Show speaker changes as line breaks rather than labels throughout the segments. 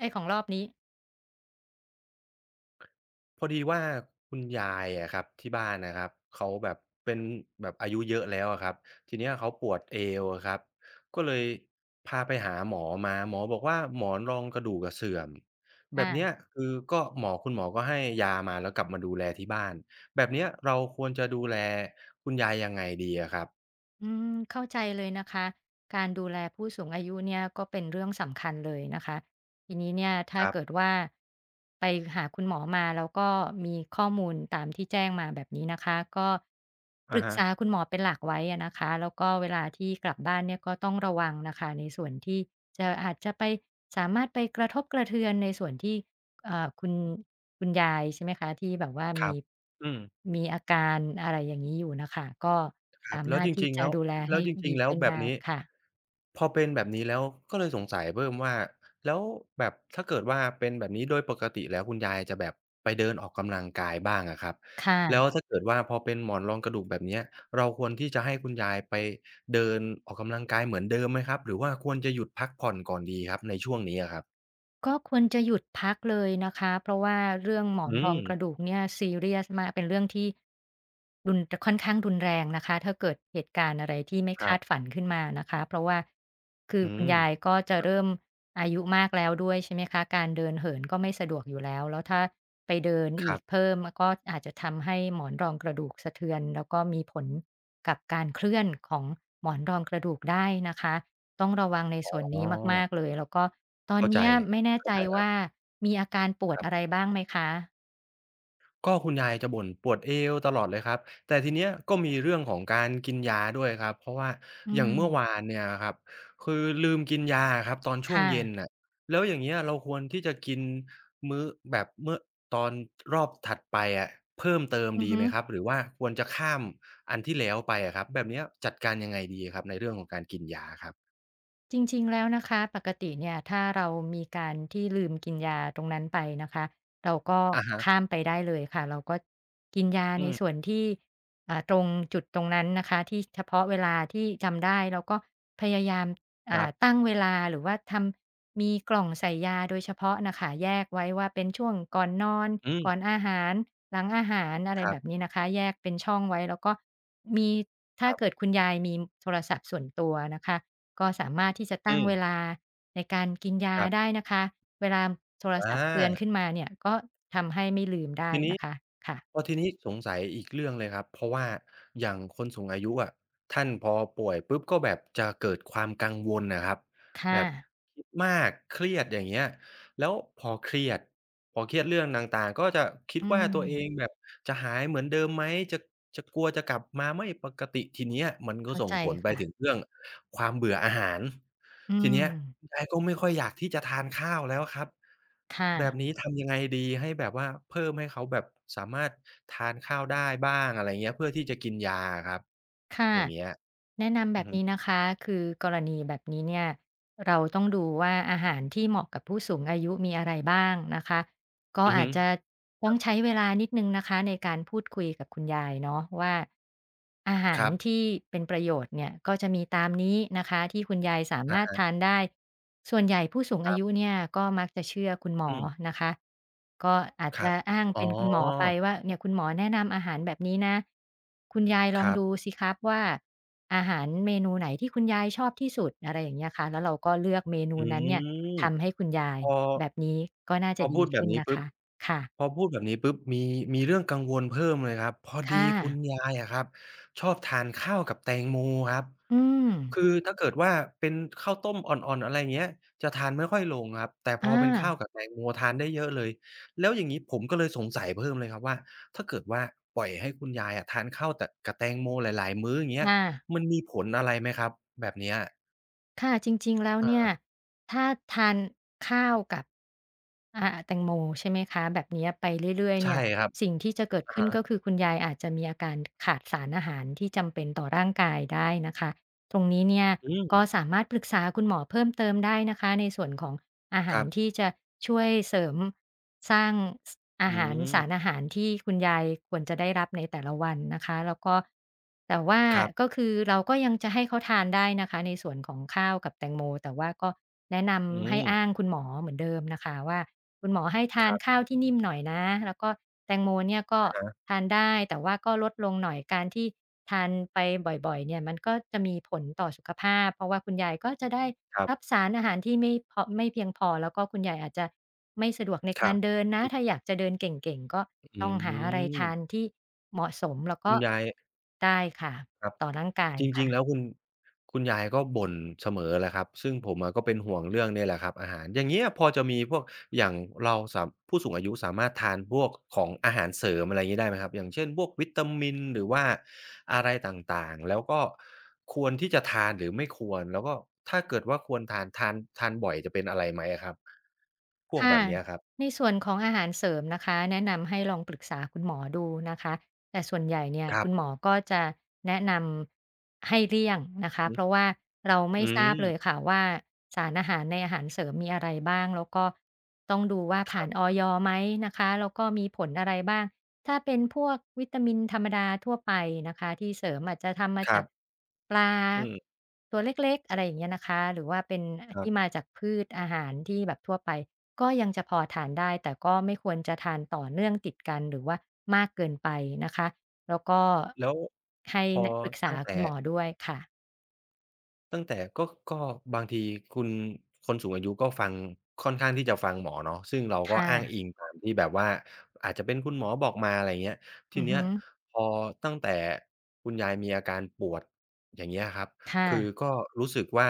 ไอ้ของรอบนี้
พอดีว่าคุณยายอะครับที่บ้านนะครับเขาแบบเป็นแบบอายุเยอะแล้วอะครับทีเนี้ยเขาปวดเอวอะครับก็เลยพาไปหาหมอมาหมอบอกว่าหมอนรองกระดูกอะเสื่อมแบบเนี้ย
อา
คือก็หมอคุณหมอก็ให้ยามาแล้วกลับมาดูแลที่บ้านแบบเนี้ยเราควรจะดูแลคุณยายยังไงดีอะครับ
เข้าใจเลยนะคะ การดูแลผู้สูงอายุเนี่ยก็เป็นเรื่องสำคัญเลยนะคะ ทีนี้เนี่ยถ้า
ครั
เกิด
บ
ว่าไปหาคุณหมอมาแล้วก็มีข้อมูลตามที่แจ้งมาแบบนี้นะคะก็ป
อะ
รึก
ฮะ
ษาคุณหมอเป็นหลักไว้อะนะคะแล้วก็เวลาที่กลับบ้านเนี่ยก็ต้องระวังนะคะในส่วนที่จะอาจจะไปสามารถไปกระทบกระเทือนในส่วนที่ อ่าคุณคุณยายใช่ไหมคะที่แบบว่า
ครับอืม
มีอาการอะไรอย่างงี้อยู่น่ะค่ะก็
ครับ
สา
แล้ว
มารถ
จ
ที่
ริงๆ
จะ
แล้ว
ดูแล
แล้
ให้
วจริง
ดี
ๆแล้ว
ขึ้น
แบบ
ได้
นี้
ค่ะ
พอเป็นแบบนี้แล้วก็เลยสงสัยเพิ่มว่าแล้วแบบถ้าเกิดว่าเป็นแบบนี้โดยปกติแล้วคุณยายจะแบบไปเดินออกกำลังกายบ้างอะครับ
ค
แล้ว
่ะ
ถ้าเกิดว่าพอเป็นหมอนรองกระดูกแบบเนี้ยเราควรที่จะให้คุณยายไปเดินออกกำลังกายเหมือนเดิมไหมครับหรือว่าควรจะหยุดพักผ่อนก่อนดีครับในช่วงนี้อะครับ
ก็ควรจะหยุดพักเลยนะคะเพราะว่าเรื่องหมอน
อื
รอง
ม
กระดูกเนี่ยซีเรียสมากเป็นเรื่องที่รุนค่อนข้างรุนแรงนะคะถ้าเกิดเหตุการณ์อะไรที่ไม่
ครั
คาด
บ
ฝันขึ้นมานะคะเพราะว่าคือ
อื
คุณ
ม
ยายก็จะ
ครับ
เริ่มอายุมากแล้วด้วยใช่ไหมคะการเดินเหินก็ไม่สะดวกอยู่แล้วแล้วถ้าไปเดิน
ค
อี
รั
ก
บ
เพิ่มก็อาจจะทำให้หมอนรองกระดูกสะเทือนแล้วก็มีผลกับการเคลื่อนของหมอนรองกระดูกได้นะคะ ต้องระวังในส่วน
อ๋
นี้
อ
มากๆเลยแล้วก็ตอน
เข้าใจ
เนี้ยไม่แน่
เข้า
ใจ
ใจแล้ว
ว่า
ครับ
มีอาการปวดอะไรบ้างไหมคะ
ก็คุณยายจะบ่นปวดเอวตลอดเลยครับแต่ทีเนี้ยก็มีเรื่องของการกินยาด้วยครับเพราะว่า
อื
อย่างเมื่อวา
ม
นเนี่ยครับคือลืมกินยาครับตอน
ค
ช่วงเย็น
่ะ
น่ะแล้วอย่างเงี้ยเราควรที่จะกินมื้อแบบเมื่อตอนรอบถัดไปอะเพิ่มเติม
อือ
ดี
ฮึ
ไหมครับหรือว่าควรจะข้ามอันที่แล้วไปอะครับแบบเนี้ยจัดการยังไงดีครับในเรื่องของการกินยาครับ
จริงๆ แล้วนะคะปกติเนี่ยถ้าเรามีการที่ลืมกินยาตรงนั้นไปนะคะเราก็
อะ
ข้าม
ฮะ
ไปได้เลยค่ะเราก็กินยา
อื
ใน
ม
ส่วนที่ตรงจุดตรงนั้นนะคะที่เฉพาะเวลาที่จำได้แล้วก็พยายาม
ครับ
ตั้งเวลาหรือว่าทำมีกล่องใส่ยาโดยเฉพาะน่ะค่ะแยกไว้ว่าเป็นช่วงก่อนนอน
อื
ก่อน
ม
อาหารหลังอาหารอะไร
ครั
แบบ
บ
นี้นะคะแยกเป็นช่องไว้แล้วก็มีถ้า
ๆ
เกิดคุณยายมีโทรศัพท์ส่วนตัวนะคะ ก็สามารถที่จะ
อื
ตั้งเว
ม
ลาในการกินยา
ครั
ได้
บ
นะคะเวลาโทรศัพท์เตือ
อา
นขึ้นมาเนี่ยก็ทำให้ไม่ลืมได้
ทีนี้
นะคะค่ะ
ทีนี้สงสัยอีกเรื่องเลยครับเพราะว่าอย่างคนสูงอายุอะท่านพอป่วยปุ๊บก็แบบจะเกิดความกังวลนะครับแบ
ค่ะ
บคิดมากเครียดอย่างเงี้ย แล้วพอเครียด พอเครียดเรื่องต่างๆ ก็จะคิด
อื
ว่าตัวเอง
ม
แบบจะหายเหมือนเดิมไหมจะจะกลัวจะกลับมาไม่ปกติทีเนี้ยมันก็
เข้า
ส่ง
ใจ
ผลไป
ค่ะ
ถึงเรื่องความเบื่ออาหาร
อื
ทีเนี้ยคุณ
ม
ยายก็ไม่ค่อยอยากที่จะทานข้าวแล้วครับ
ค่ะ
แบบนี้ทำยังไงดีให้แบบว่าเพิ่มให้เขาแบบสามารถทานข้าวได้บ้างอะไรเงี้ยเพื่อที่จะกินยาอะครับ
ค่ะ
อย่างเงี้ย
แนะนำแบ
อือ
บ
ฮึ
นี้นะคะคือกรณีแบบนี้เนี่ยเราต้องดูว่าอาหารที่เหมาะกับผู้สูงอายุมีอะไรบ้างนะคะก็
อือ
อา
ฮึ
จจะต้องใช้เวลานิดนึงนะคะในการพูดคุยกับคุณยายเนาะว่าอาหา
ค
ร
รับ
ที่เป็นประโยชน์เนี่ยก็จะมีตามนี้นะคะที่คุณยายสา
อะ
มารถทาน
ฮะ
ได้ส่วนใหญ่ผู้สูง
ค
อา
รั
ยุ
บ
เนี่ยก็มักจะเชื่อคุณหม
อื
อ
ม
นะคะก็อาจ
ครั
จะ
บ
อ้าง
อ๋
เป็นคุณหมอไป
อ
ว่าเนี่ยคุณหมอแนะนำอาหารแบบนี้นะ คุณยายล
ค
อง
รับ
ดูสิครับว่าอาหารเมนูไหนที่คุณยายชอบที่สุดอะไรอย่างเงี้ยค่ะแล้วเราก็เลือกเมนู
อื
นั้นเนี่ย
ม
ทำให้คุณยา
พ
ย
อ
แบบนี้ก็น่า
พ
จะ
อพู
ดี
ดแบบ
ขึ้น
นี้
นะ
ปุ๊บ
คะค่ะ
พอพูดแบบนี้ปุ๊บมีเรื่องกังวลเพิ่มเลยครับพอดี
ค่ะ
คุณยายอะครับชอบทานข้าวกับแตงโมครับ
อืม
คือถ้าเกิดว่าเป็นข้าวต้มอ่อนๆอะไรอย่างเงี้ยจะทานไม่ค่อยลงครับแต่พ
อ
อเป็นข้าว
า
กับแตงโมทานได้เยอะเลยแล้วอย่างงี้ผมก็เลยสงสัยเพิ่มเลยครับว่าถ้าเกิดว่าปล่อยให้คุณยายอะทานข้าวแต่กับแตงโมหลายๆมื้ออย่างเงี้
ค
ย
่ะ
มันมีผลอะไรไหมครับแบบเนี้ย
ค่ะจริงๆแล้วเนี่ย
อา
ถ้าทานข้าวกับแตงโมใช่ไหมคะแบบเนี้ยไปเรื่อยๆ
ใช่
เนี่ย
ครับ
สิ่งที่จะเกิด
อะ
ขึ้นก็คื
ฮะ
อคุณยายอาจจะมีอาการขาดสารอาหารที่จำเป็นต่อร่างกายได้นะคะตรงนี้เนี่ย
อืม
ก็สามารถปรึกษาคุณหมอเพิ่มเติมได้นะคะในส่วนของ อา
ค
หาร
รับ
ที่จะช่วยเสริมสร้างสอา
อื
หาร
ม
สารอาหารที่คุณยายควรจะได้รับในแต่ละวันนะคะแล้วก็แต่ว่า
ครับ
ก็คือเราก็ยังจะให้เขาทานได้นะคะในส่วนของข้าวกับแตงโมแต่ว่าก็แนะน
อื
ำให้
ม
อ้างคุณหมอเหมือนเดิมนะคะว่า คุณหมอให้ทา
ค
น
รับ
ข้าวที่นิ่มหน่อยนะแล้วก็แตงโมเนี่ยก็
อะฮะ
ทานได้แต่ว่าก็ลดลงหน่อยการที่ทานไปบ่อยๆเนี่ยมันก็จะมีผลต่อสุขภาพเพราะว่าคุณยายก็จะได้
ครั
รับ
บ
สารอาหารที่ไม่พอไม่เพียงพอแล้วก็คุณยายอาจจะไม่สะดวกใน
ค
กา
รั
รเดิ
บ
นนะถ้าอยากจะเดินเก่งๆก็
อื
ต้องหาอะไรทาน
ม
ที่เหมาะสมแล้ว
คุ
ก็
ณยาย
ได้ค่ะ
ครับ
ต่อร่างกาย
จริ
ค่ะ
งๆแล้วคุณยายก็บ่นเสมอแหละครับ ซึ่งผมอะก็เป็นห่วงเรื่องเนี่ยแหละครับอาหารอย่างเงี้ยพอจะมีพวกอย่างเราสามผู้สูงอายุสามารถทานพวกของอาหารเสริมอะไรงี้ได้ไหมครับ อย่างเช่นพวกวิตามินหรือว่าอะไรต่างๆแล้วก็ควรที่จะทานหรือไม่ควร แล้วก็ถ้าเกิดว่าควรทานทานบ่อยจะเป็นอะไรไหมอะครับ พวกแบ
ค่ะ
บเนี้ยครับ
ในส่วนของอาหารเสริมนะคะแนะนำให้ลองปรึกษาคุณหมอดูนะคะแต่ส่วนใหญ่เนี่ย
ครั
คุ
บ
ณหมอก็จะแนะนำให้เลี่ยงนะคะเพราะว่าเราไม่
อื
ทราบ
ม
เลยค่ะว่าสารอาหารในอาหารเสริมมีอะไรบ้างแล้วก็ต้องดูว่า
ค
ผ่า
รั
นอ
บ
ยไหมนะคะแล้วก็มีผลอะไรบ้าง ถ้าเป็นพวกวิตามินธรรมดาทั่วไปนะคะที่เสริมอาจจะทำมา
ครั
จาก
บ
ปลา
อืม
ตัวเล็กๆอะไรอย่างเงี้ยนะคะหรือว่าเป็น
ครั
ที่มา
บ
จากพืชอาหารที่แบบทั่วไปก็ยังจะพอทานได้แต่ก็ไม่ควรจะทานต่อเนื่องติดกันหรือว่ามากเกินไปนะคะแล้วก็
แล้ว
ให้
พอ
แนะปรึกษา
ตั้ง
คุ
แต่
ณหมอด้วยค่ะ
ตั้งแต่ก็บางทีคุณคนสูงอายุก็ฟังค่อนข้างที่จะฟังหมอเนาะซึ่งเราก็
ค่ะ
อ้างอิงตามที่แบบว่าอาจจะเป็นคุณหมอบอกมาอะไรเงี้ยที
อือ
เนี้
ฮึ
ยพอตั้งแต่คุณยายมีอาการปวดอย่างเงี้ยครับ
ค่ะ
คือก็รู้สึกว่า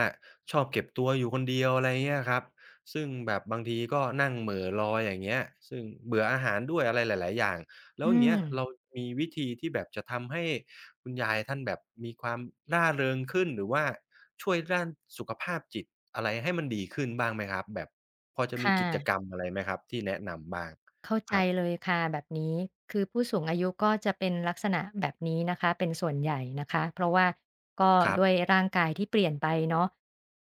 ชอบเก็บตัวอยู่คนเดียวอะไรเงี้ยครับซึ่งแบบบางทีก็นั่งเหม่อลอยอย่างเงี้ยซึ่งเบื่ออาหารด้วยอะไรหลายๆอย่างแล้วอ
อื
ย่างเงี้
ม
ยเรามีวิธีที่แบบจะทำให้ คุณยายท่านแบบมีความร่าเริงขึ้นหรือว่าช่วยด้านสุขภาพจิตอะไรให้มันดีขึ้นบ้างไหมครับแบบพอจะมี
ค่
กิจกรรม
ะ
อะไรไหมครับที่แนะนำบ้าง
เข้า
ค
ใจ
รับ
เลยค่ะแบบนี้คือผู้สูงอายุก็จะเป็นลักษณะแบบนี้นะคะเป็นส่วนใหญ่นะคะเพราะว่าก็
ครั
ด้วย
บ
ร่างกายที่เปลี่ยนไปเนาะ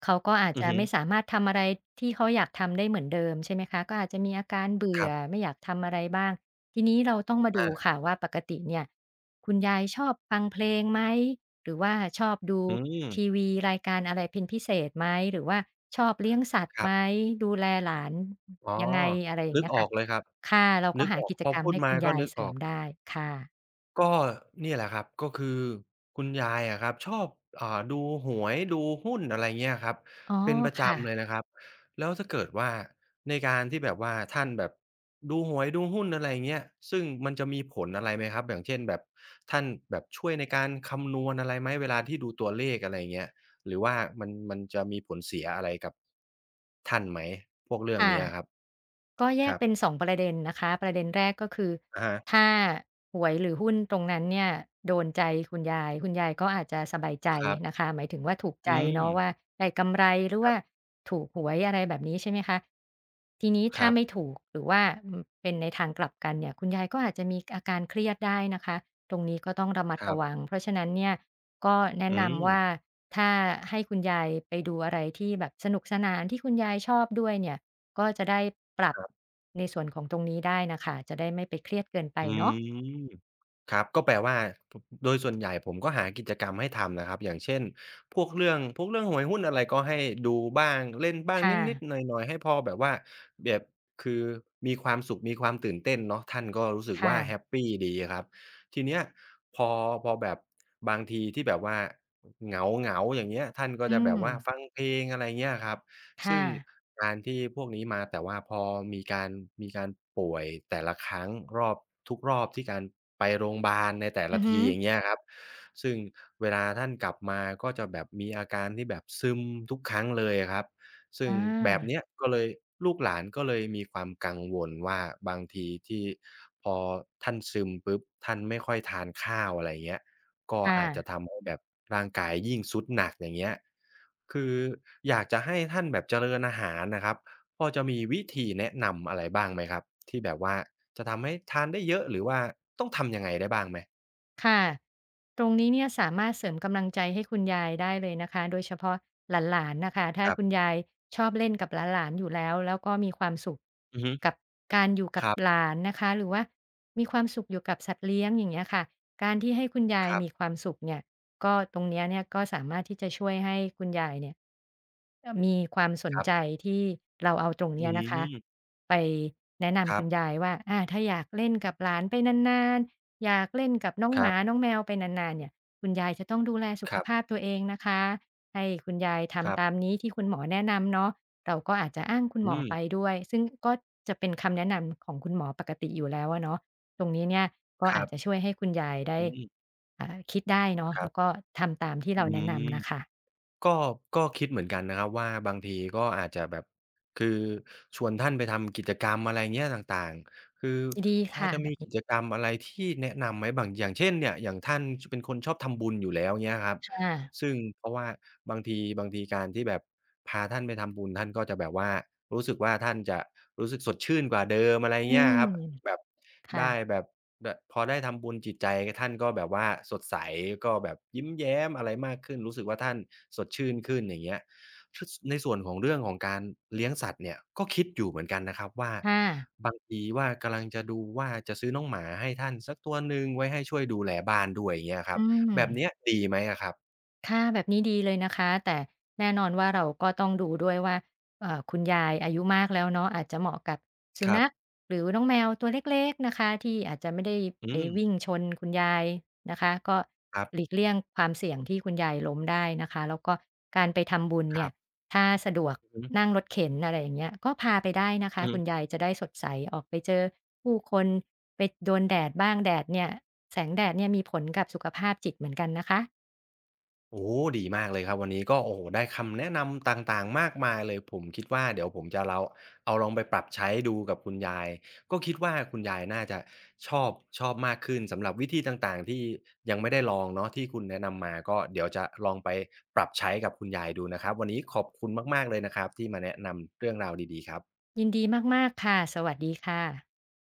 เขาก็อาจ
อือ
จะ
ฮึ
ไม่สามารถทำอะไรที่เขาอยากทำได้เหมือนเดิมใช่ไหมคะก็อาจจะมีอาการ
ค
เบื่อ
รับ
ไม่อยากทำอะไรบ้างทีนี้เราต้องมาดู
อา
ค่ะว่าปกติเนี่ยคุณยายชอบฟังเพลงไหมหรือว่าชอบดู
อืม
ทีวีรายการอะไรเป็นพิเศษไหมหรือว่าชอบเลี้ยงสัตว์
ครั
ไหม
บ
ดูแลหลาน
อ๋อ
ยังไงอะไรอย่าง
นึก
เงี้ย
ออ
ค่ะ
กเลยครับ
ค่ะเราก็
นึก
หา
ออก
กิจ
พอ
กรรม
พูด
ให้
มา
คุณ
ก็
ยาย
นึก
เส
อ
ริ
อ
ม
ก
ได้ค่ะ
ก็เนี่ยแหละครับก็คือคุณยายอะครับชอบดูหวยดูหุ้นอะไรเงี้ยครับ
อ๋อ
เป็นประ
ค่ะ
จำเลยนะครับแล้วถ้าเกิดว่าในการที่แบบว่าท่านแบบดูหวยดูหุ้นอะไรเงี้ยซึ่งมันจะมีผลอะไรไหมครับอย่างเช่นแบบท่านแบบช่วยในการคำนวณอะไรไหมเวลาที่ดูตัวเลขอะไรเงี้ยหรือว่ามันจะมีผลเสียอะไรกับท่านไหมพวกเรื่อง
ค่ะ
เนี้ยครับ
ก็แย
ค
ก
รับ
เป็น2ประเด็นนะคะประเด็นแรกก็คือ
อะฮะ
ถ้าหวยหรือหุ้นตรงนั้นเนี่ยโดนใจคุณยายคุณยายก็อาจจะสบายใจ
ครับ
นะคะหมายถึงว่าถูกใจ
อืม
เนาะว่าได้กำไรหรือ
ครั
ว่า
บ
ถูกหวยอะไรแบบนี้ใช่ไหมคะทีนี้
ค
ถ้า
รับ
ไม่ถูกหรือว่าอืมเป็นในทางกลับกันเนี่ยคุณยายก็อาจจะมีอาการเครียดได้นะคะตรงนี้ก็ต้องระมัด
ครั
ระวัง
บ
เพราะฉะนั้นเนี่ยก็แนะ
อื
นำว่า
ม
ถ้าให้คุณยายไปดูอะไรที่แบบสนุกสนานที่คุณยายชอบด้วยเนี่ย ก็จะได้ปรับ
ครับ
ในส่วนของตรงนี้ได้น่ะค่ะจะได้ไม่ไปเครียดเกินไป
อื
เนาะ
มครับก็แปลว่าผโดยส่วนใหญ่ผมก็หากิจกรรมให้ทำนะครับอย่างเช่นพวกเรื่องหวยหุ้นอะไรก็ให้ดูบ้างเล่นบ้าง
ค
นิดๆ
่ะ
หน่อยๆให้พอแบบว่าแบบคือมีความสุขมีความตื่นเต้นเนาะท่านก็รู้สึก
ค่ะ
ว่าแฮปปีดีอะครับทีเนี้ยพอพอแบบบางทีที่แบบว่าเหงาๆอย่างเงี้ยท่านก็
อื
จะแบ
ม
บว่าฟังเพลงอะไรเงี้ยครับ ซึ่
ค่ะ
งการที่พวกนี้มาแต่ว่าพอมีการมีการป่วยแต่ละครั้งรอบทุกรอบที่การไปโรงบาลในแต่
อื
ละ
อฮึ
ทีอย่างเงี้ยครับซึ่งเวลาท่านกลับมาก็จะแบบมีอาการที่แบบซึมทุกครั้งเลยอะครับซึ่
อ
งแบบ
า
เนี้ยก็เลยลูกหลานก็เลยมีความกังวลว่าบางทีที่พอท่านซึมปุ๊บท่านไม่ค่อยทานข้าวอะไรเงี้ยก็อาจจะ
ค่ะ
ทำให้แบบร่างกายยิ่งทรุดหนักอย่างเงี้ย คืออยากจะให้ท่านแบบเจริญอาหารนะครับพอจะมีวิธีแนะนำอะไรบ้างไหมครับที่แบบว่าจะทำให้ทานได้เยอะหรือว่าต้องทำยังไงได้บ้างไหม
ค่ะตรงนี้เนี่ยสามารถเสริมกำลังใจให้คุณยายได้เลยนะคะโดยเฉพาะหลานๆนะคะถ้า
ครั
คุณ
บ
ยายชอบเล่นกับหลานๆอยู่แล้วแล้วก็มีความสุข
อือฮึ
กับการอยู่กั
ค
บ
รั
ห
บ
ลานนะคะหรือว่ามีความสุขอยู่กับสัตว์เลี้ยงอย่างเงี้ยค่ะการที่ให้คุณยา
ค
ย
รับ
มีความสุขเนี่ยก็ตรงเนี้ยเนี่ยก็สามารถที่จะช่วยให้คุณยายเนี่ยมีความสน
ครั
ใจ
บ
ที่เราเอาตรง
อื
เนี้ยนะคะ
ม
ไปแนะ
ค
นำ
รั
คุ
บ
ณยายว่าอาถ้าอยากเล่นกับหลานไปนานๆ อยากเล่นกับน้อง
ค
ห
รั
มา
บ
น้องแมวไปนานๆเนี่ยคุณยายจะต้องดูแลสุ
ค
ข
รั
ภาพ
บ
ตัวเองนะคะให้คุณยาย
ครั
ทำตาม
บ
นี้ที่คุณหมอแนะนำเนาะเราก็อาจจะอ้างคุณหม
อื
อ
ม
ไปด้วยซึ่งก็จะเป็นคำแนะนำของคุณหมอปกติอยู่แล้วอะเนาะตรงนี้เนี่ยก็
ค
อา
รั
จ
บ
จะช่วยให้คุณยายได้
อืม
อ่าคิดได้เนาะ
ครั
แล้ว
บ
ก็ทำตามที่
อื
เราแนะ
ม
นำน่ะค่ะ
ก็ก็คิดเหมือนกันนะครับว่าบางทีก็อาจจะแบบคือชวนท่านไปทำกิจกรรมอะไรเงี้ยต่างๆคือ
ดี
พอ
ค่ะ
จะ
แบ
มี
บ
กิจ
นี้
กรรมอะไรที่แนะนำไหมบางอย่างเช่นเนี่ยอย่างท่านเป็นคนชอบทำบุญอยู่แล้วเงี้ยครับ
ค่ะ
ซึ่งเพราะว่าบางทีการที่แบบพาท่านไปทำบุญท่านก็จะแบบว่ารู้สึกว่าท่านจะรู้สึกสดชื่นกว่าเดิมอะไร
อื
เงี้ย
ม
ครับแบบ
ค่ะ
ได้แบบพอได้ทำบุญจิตใจท่านก็แบบว่าสดใสก็แบบยิ้มแย้มอะไรมากขึ้นรู้สึกว่าท่านสดชื่นขึ้นอย่างเงี้ยชในส่วนของเรื่องของการเลี้ยงสัตว์เนี่ยก็คิดอยู่เหมือนกันนะครับว่า
ค่ะ
บางทีว่ากำลังจะดูว่าจะซื้อน้องหมาให้ท่านสักตัวหนึ่งไว้ให้ช่วยดูแลบ้านด้วยอย่างเงี้ยค
อื
รับ
ม
แบบเนี้ยดีไหมอะครับ
ค่ะแบบนี้ดีเลยนะคะแต่แน่นอนว่าเราก็ต้องดูด้วยว่าคุณยายอายุมากแล้วเนาะอาจจะเหมาะกับสุ
ครับ
นัขหรือน้องแมวตัวเล็กๆนะคะที่อาจจะไม่ได้
อื
ไป
ม
วิ่งชนคุณยายนะคะก็
ครับ
หลีกเลี่ยงความเสี่ยงที่คุณยายล้มได้นะคะแล้วก็การไปทำบุญ
ค
เนี่
รั
ย
บ
ถ้าสะดวก
อือฮึ
นั่งรถเข็นอะไรอย่างเงี้ยก็พาไปได้นะคะ
อือฮึ
คุณยายจะได้สดใสออกไปเจอผู้คนไปโดนแดดบ้างแดดเนี่ยแสงแดดเนี่ยมีผลกับสุขภาพจิตเหมือนกันนะคะ
โอ้โฮดีมากเลยครับวันนี้ก็โอ้โฮได้คำแนะนำต่างๆมากมายเลยผมคิดว่าเดี๋ยวผมจะเอาลองไปปรับใช้ดูกับคุณยาย ก็คิดว่าคุณยายน่าจะชอบชอบมากขึ้นสำหรับวิธีต่างๆ ที่ยังไม่ได้ลองเนาะที่คุณแนะนำมาก็เดี๋ยวจะลองไปปรับใช้กับคุณยายดูนะครับวันนี้ขอบคุณมากๆเลยนะครับที่มาแนะนำเรื่องราวดีๆครับ
ยินดีมากๆค่ะสวัสดีค่ะ